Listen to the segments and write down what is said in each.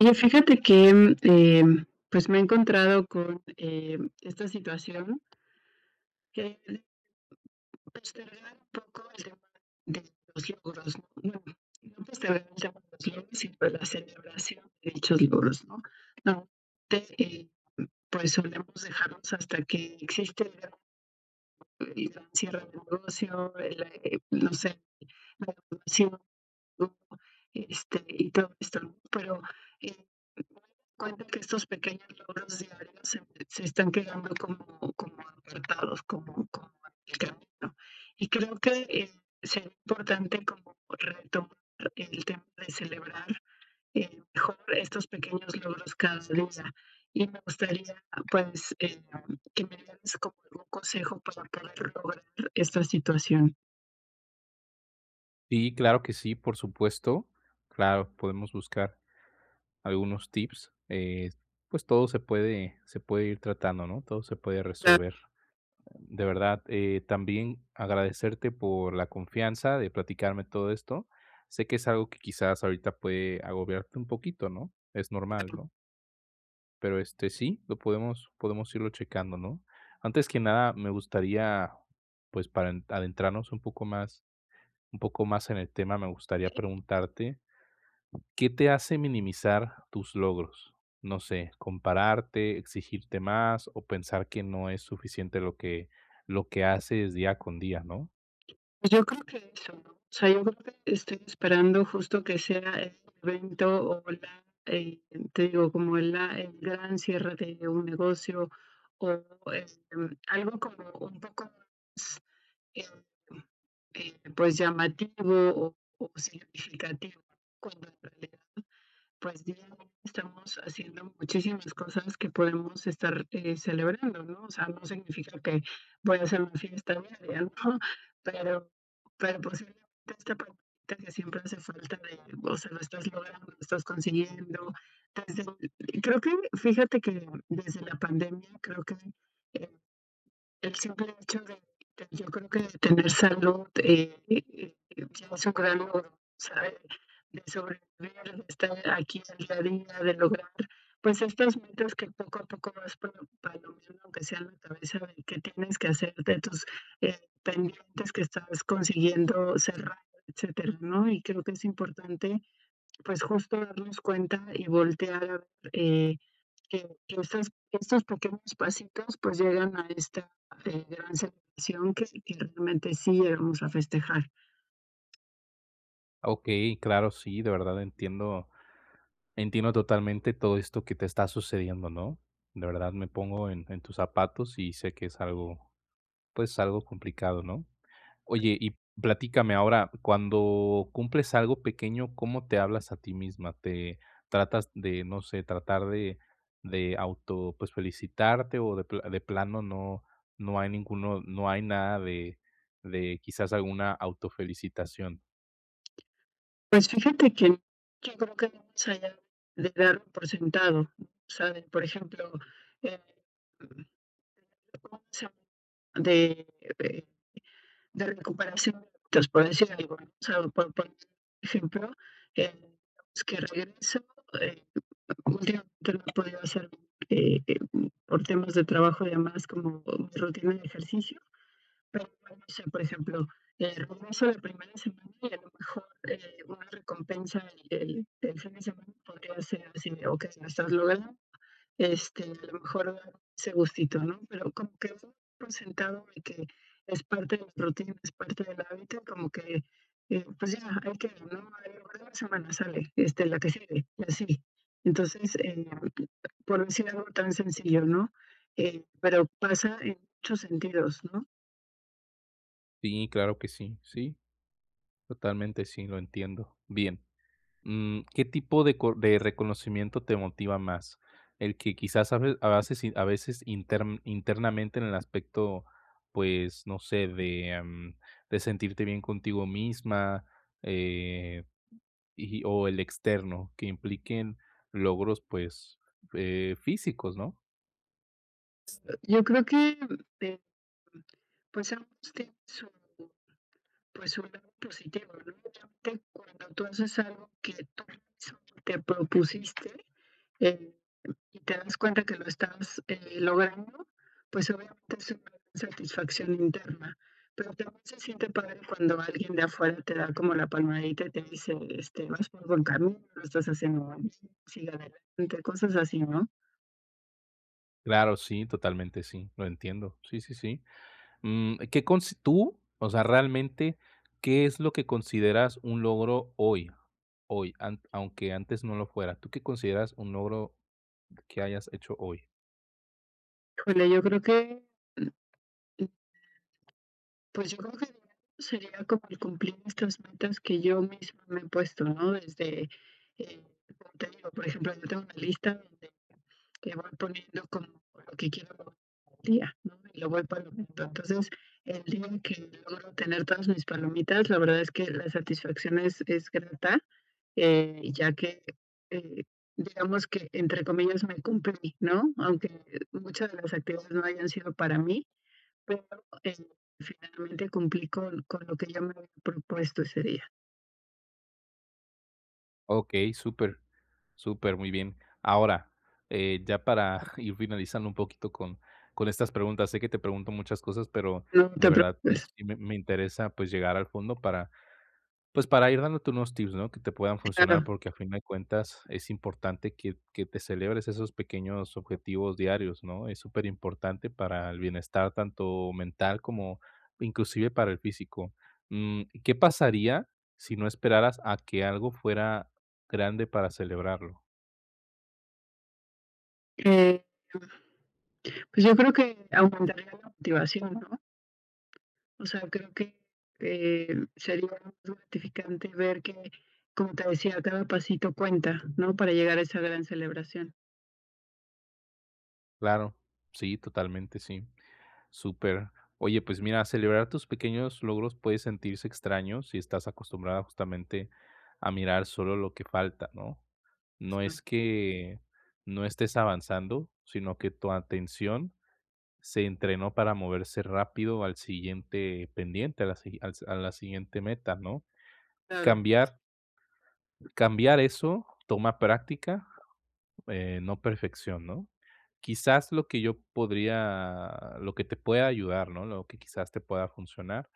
Oye, fíjate que, pues, me he encontrado con, esta situación que de postergar un poco el tema de los logros, ¿no? Bueno, no postergar el tema de los logros, sino de la celebración de dichos logros, ¿no? Normalmente, pues, solemos dejarlos hasta que existe el gran cierre de negocio, el, no sé, la evaluación, ¿no? Este, y todo esto, ¿no? Pero, eh, me doy cuenta que estos pequeños logros diarios se están quedando como como apartados, como en el camino. Y creo que, sería importante como retomar el tema de celebrar, mejor estos pequeños logros cada día. Y me gustaría, pues, que me dieras como algún consejo para poder lograr esta situación. Sí, claro que sí, por supuesto. Claro, podemos buscar algunos tips. Pues todo se puede ir tratando, ¿no? Todo se puede resolver. De verdad, también agradecerte por la confianza de platicarme todo esto. Sé que es algo que quizás ahorita puede agobiarte un poquito, ¿no? Es normal, ¿no? Pero este sí, lo podemos, podemos irlo checando, ¿no? Antes que nada, me gustaría, pues para adentrarnos un poco más en el tema, me gustaría preguntarte, ¿qué te hace minimizar tus logros? No sé, compararte, exigirte más o pensar que no es suficiente lo que haces día con día, ¿no? Pues yo creo que eso, ¿no? O sea, yo creo que estoy esperando justo que sea el evento o la, te digo, como la, el gran cierre de un negocio o algo como un poco más, eh, pues llamativo o significativo, cuando en realidad pues diariamente estamos haciendo muchísimas cosas que podemos estar, celebrando, ¿no? O sea, no significa que voy a hacer una fiesta diaria, ¿no? Pero pero posiblemente esta palomita que siempre hace falta de, o sea, lo estás logrando, lo estás consiguiendo. Desde creo que fíjate que desde la pandemia creo que, eh el simple hecho de yo creo que de tener salud, ya es un gran logro, ¿sabes? De sobrevivir, de estar aquí al día a día, de lograr, pues, estas metas que poco a poco vas pa palomeando, aunque sea en la cabeza de qué tienes que hacer, de tus, pendientes que estás consiguiendo cerrar, etcétera, ¿no? Y creo que es importante, pues, justo darnos cuenta y voltear a ver, eh, que, estos pequeños pasitos pues llegan a esta gran celebración que realmente sí llegamos a festejar. Okey, claro, sí, de verdad entiendo totalmente todo esto que te está sucediendo, ¿no? De verdad me pongo en tus zapatos y sé que es algo, pues, algo complicado, ¿no? Oye, y platícame ahora, cuando cumples algo pequeño, ¿cómo te hablas a ti misma? ¿Te tratas de, no sé, tratar de auto, pues, felicitarte o de pla de plano no no hay ninguno, no hay nada de quizás alguna autofelicitación? Pues fíjate que yo creo que no más allá de dar por sentado, ¿no? Por ejemplo, eh, una semana de, eh, de recuperación de hábitos, por decir algo, ¿no? O sea, por ejemplo, eh, pues, que regreso eh, últimamente no he podido hacer eh, eh, por temas de trabajo y demás, como mi rutina de ejercicio, pero bueno, no sé, por ejemplo, regreso la primera semana y a lo mejor una recompensa el fin de semana podría ser así de, ok, lo estás logrando, este, a lo mejor dar ese gustito, ¿no? Pero como que uno por sentado de que es parte de la rutina, es parte del hábito, como que, pues ya, hay que, ¿no? A lo largo de la semana sale, este, la que sigue, y así. Entonces, por decir algo tan sencillo, ¿no? Pero pasa en muchos sentidos, ¿no? Sí, claro que sí. Sí, totalmente sí, lo entiendo. Bien. Mm, ¿qué tipo de co de reconocimiento te motiva más? El que quizás a veces a veces internamente en el aspecto, pues, no sé, de, de sentirte bien contigo misma, eh, ¿y o el externo, que impliquen logros, pues, físicos, ¿no? Yo creo que, eh, pues ambos tienen su, pues su lado positivo, ¿no? Obviamente, cuando tú haces algo que tú mismo te propusiste, eh, y te das cuenta que lo estás logrando, pues obviamente es una gran satisfacción interna. Pero también se siente padre cuando alguien de afuera te da como la palmadita y te dice, este, vas por buen camino, lo estás haciendo bien, sigue adelante, cosas así, ¿no? Claro, sí, totalmente sí, lo entiendo. Sí, sí, sí. Mm, ¿qué consi tú, o sea, realmente, qué es lo que consideras un logro hoy? Hoy, an aunque antes no lo fuera, ¿tú qué consideras un logro que hayas hecho hoy? Híjole, yo creo que pues yo creo que sería como el cumplir estas metas que yo misma me he puesto, ¿no? Desde, eh, como te digo, por ejemplo, yo tengo una lista donde que voy poniendo como lo que quiero lograr al día, ¿no? Y lo voy palomeando. Entonces, el día que logro tener todas mis palomitas, la verdad es que la satisfacción es grata, ya que, eh, digamos que, entre comillas, me cumplí, ¿no? Aunque muchas de las actividades no hayan sido para mí, pero, eh, finalmente cumplí con lo que yo me había propuesto ese día. Okey, súper, súper, muy bien. Ahora, ya para ir finalizando un poquito con estas preguntas, sé que te pregunto muchas cosas, pero No de te verdad, pues, preocupes, sí me interesa, pues, llegar al fondo para, pues, para ir dándote unos tips, ¿no?, que te puedan funcionar, claro. porque a fin de cuentas es importante que te celebres esos pequeños objetivos diarios, ¿no? Es súper importante para el bienestar tanto mental como inclusive para el físico. Mm, ¿qué pasaría si no esperaras a que algo fuera grande para celebrarlo? Eh, pues yo creo que aumentaría la motivación, ¿no? O sea, creo que, sería más gratificante ver que, como te decía, cada pasito cuenta, ¿no? Para llegar a esa gran celebración. Claro, sí, totalmente, sí. Súper. Oye, pues mira, celebrar tus pequeños logros puede sentirse extraño si estás acostumbrada justamente a mirar solo lo que falta, ¿no? No Claro, es que no estés avanzando, sino que tu atención se entrenó para moverse rápido al siguiente pendiente, a la, a la siguiente meta, ¿no? claro. Cambiar, cambiar eso toma práctica, no perfección, ¿no? Quizás lo que yo podría, lo que te pueda ayudar, ¿no? Lo que quizás te pueda funcionar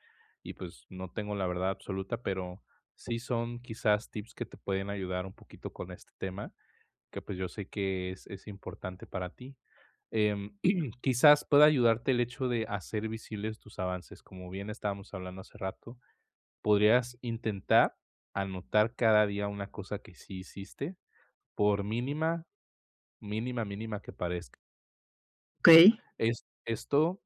y, pues, no tengo la verdad absoluta, pero sí son quizás tips que te pueden ayudar un poquito con este tema, que, pues, yo sé que es importante para ti. Em, quizás pueda ayudarte el hecho de hacer visibles tus avances, como bien estábamos hablando hace rato, podrías intentar anotar cada día una cosa que sí hiciste, por mínima. Mínima, mínima que parezca. Okey, Es esto,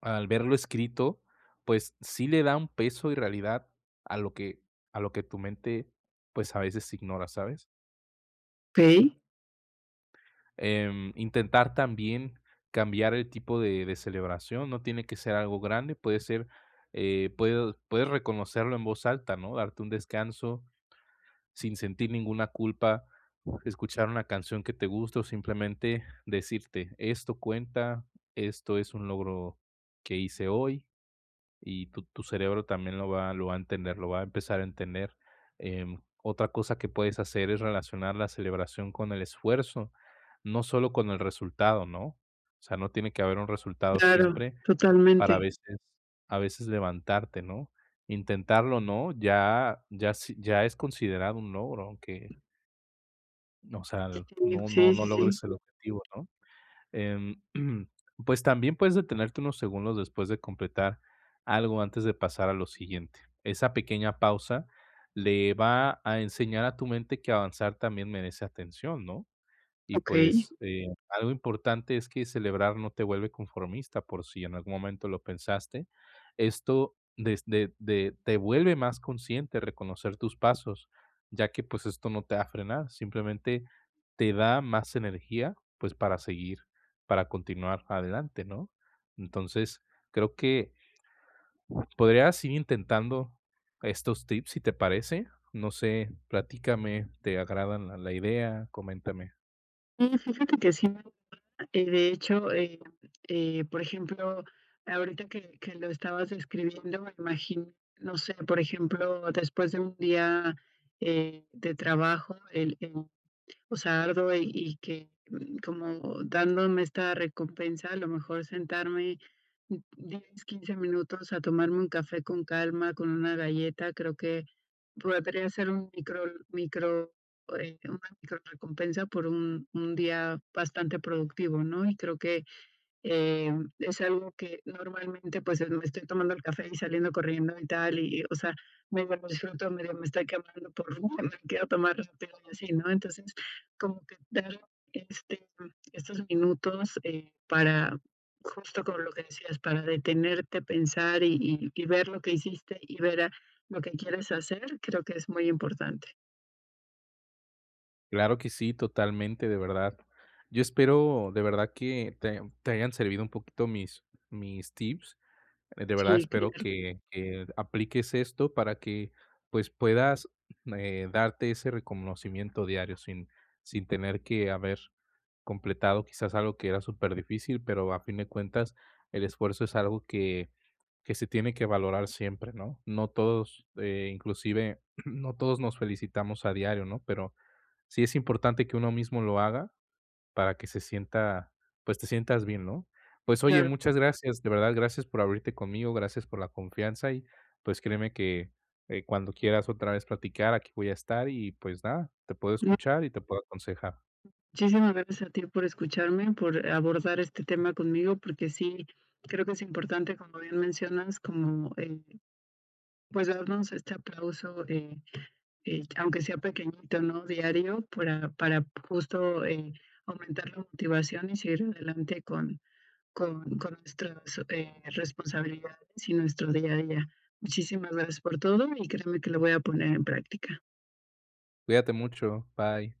al verlo escrito, pues, sí le da un peso y realidad a lo que a lo que tu mente, pues, a veces ignora, ¿sabes? okey. Intentar también cambiar el tipo de celebración, no tiene que ser algo grande, puede ser, puedo puedes reconocerlo en voz alta, ¿no? Darte un descanso, sin sentir ninguna culpa, escuchar una canción que te gusta o simplemente decirte, esto cuenta, esto es un logro que hice hoy, y tu cerebro también lo va a entender, lo va a empezar a entender. Otra cosa que puedes hacer es relacionar la celebración con el esfuerzo, no solo con el resultado, ¿no? O sea, no tiene que haber un resultado Claro, siempre, para totalmente. A veces levantarte, ¿no? Intentarlo, ¿no? Ya sí ya es considerado un logro, aunque, o sea, Sí, no sí, no sí, logres sí. el objetivo, ¿no? Em, pues, también puedes detenerte unos segundos después de completar algo antes de pasar a lo siguiente. Esa pequeña pausa le va a enseñar a tu mente que avanzar también merece atención, ¿no? Y Okey. pues, algo importante es que celebrar no te vuelve conformista, por si en algún momento lo pensaste. Esto desde de te vuelve más consciente reconocer tus pasos, ya que, pues, esto no te va a frenar, simplemente te da más energía, pues, para seguir, para continuar adelante, ¿no? Entonces, creo que podrías ir intentando estos tips, si te parece. No sé, platícame, ¿te agradan la idea? Coméntame. Sí, fíjate que sí. De hecho, por ejemplo, ahorita que lo estabas describiendo, me imagino, no sé, por ejemplo, después de un día, de trabajo, el o sea, arduo y que, mm, como dándome esta recompensa, a lo mejor sentarme, 10 15 minutos a tomarme un café con calma, con una galleta, creo que podría ser un micro, una micro recompensa por un día bastante productivo, ¿no? Y creo que em, es algo que normalmente, pues, me estoy tomando el café y saliendo corriendo y tal, y, o sea, medio lo disfruto, medio me está quemando por me quiero tomar rápido y así, ¿no? Entonces, como que dar, este, estos minutos, para, justo como lo que decías, para detenerte, pensar y ver lo que hiciste y ver a lo que quieres hacer, creo que es muy importante. Claro que sí, totalmente, de verdad. Yo espero de verdad que te hayan servido un poquito mis mis tips. De verdad Sí, espero claro, que apliques esto para que, pues, puedas, darte ese reconocimiento diario sin tener que haber completado quizás algo que era súper difícil, pero a fin de cuentas el esfuerzo es algo que se tiene que valorar siempre, ¿no? No todos, inclusive no todos nos felicitamos a diario, ¿no? Pero sí es importante que uno mismo lo haga para que se sienta, pues, te sientas bien, ¿no? Pues, oye, claro. muchas gracias, de verdad, gracias por abrirte conmigo, gracias por la confianza y, pues, créeme que, cuando quieras otra vez platicar, aquí voy a estar y, pues, nada, te puedo escuchar y te puedo aconsejar. Muchísimas gracias a ti por escucharme, por abordar este tema conmigo, porque sí, creo que es importante, como bien mencionas, como, pues, darnos este aplauso, aunque sea pequeñito, ¿no?, diario, para justo, aumentar la motivación y seguir adelante con con nuestras, responsabilidades y nuestro día a día. Muchísimas gracias por todo y créeme que lo voy a poner en práctica. Cuídate mucho, bye.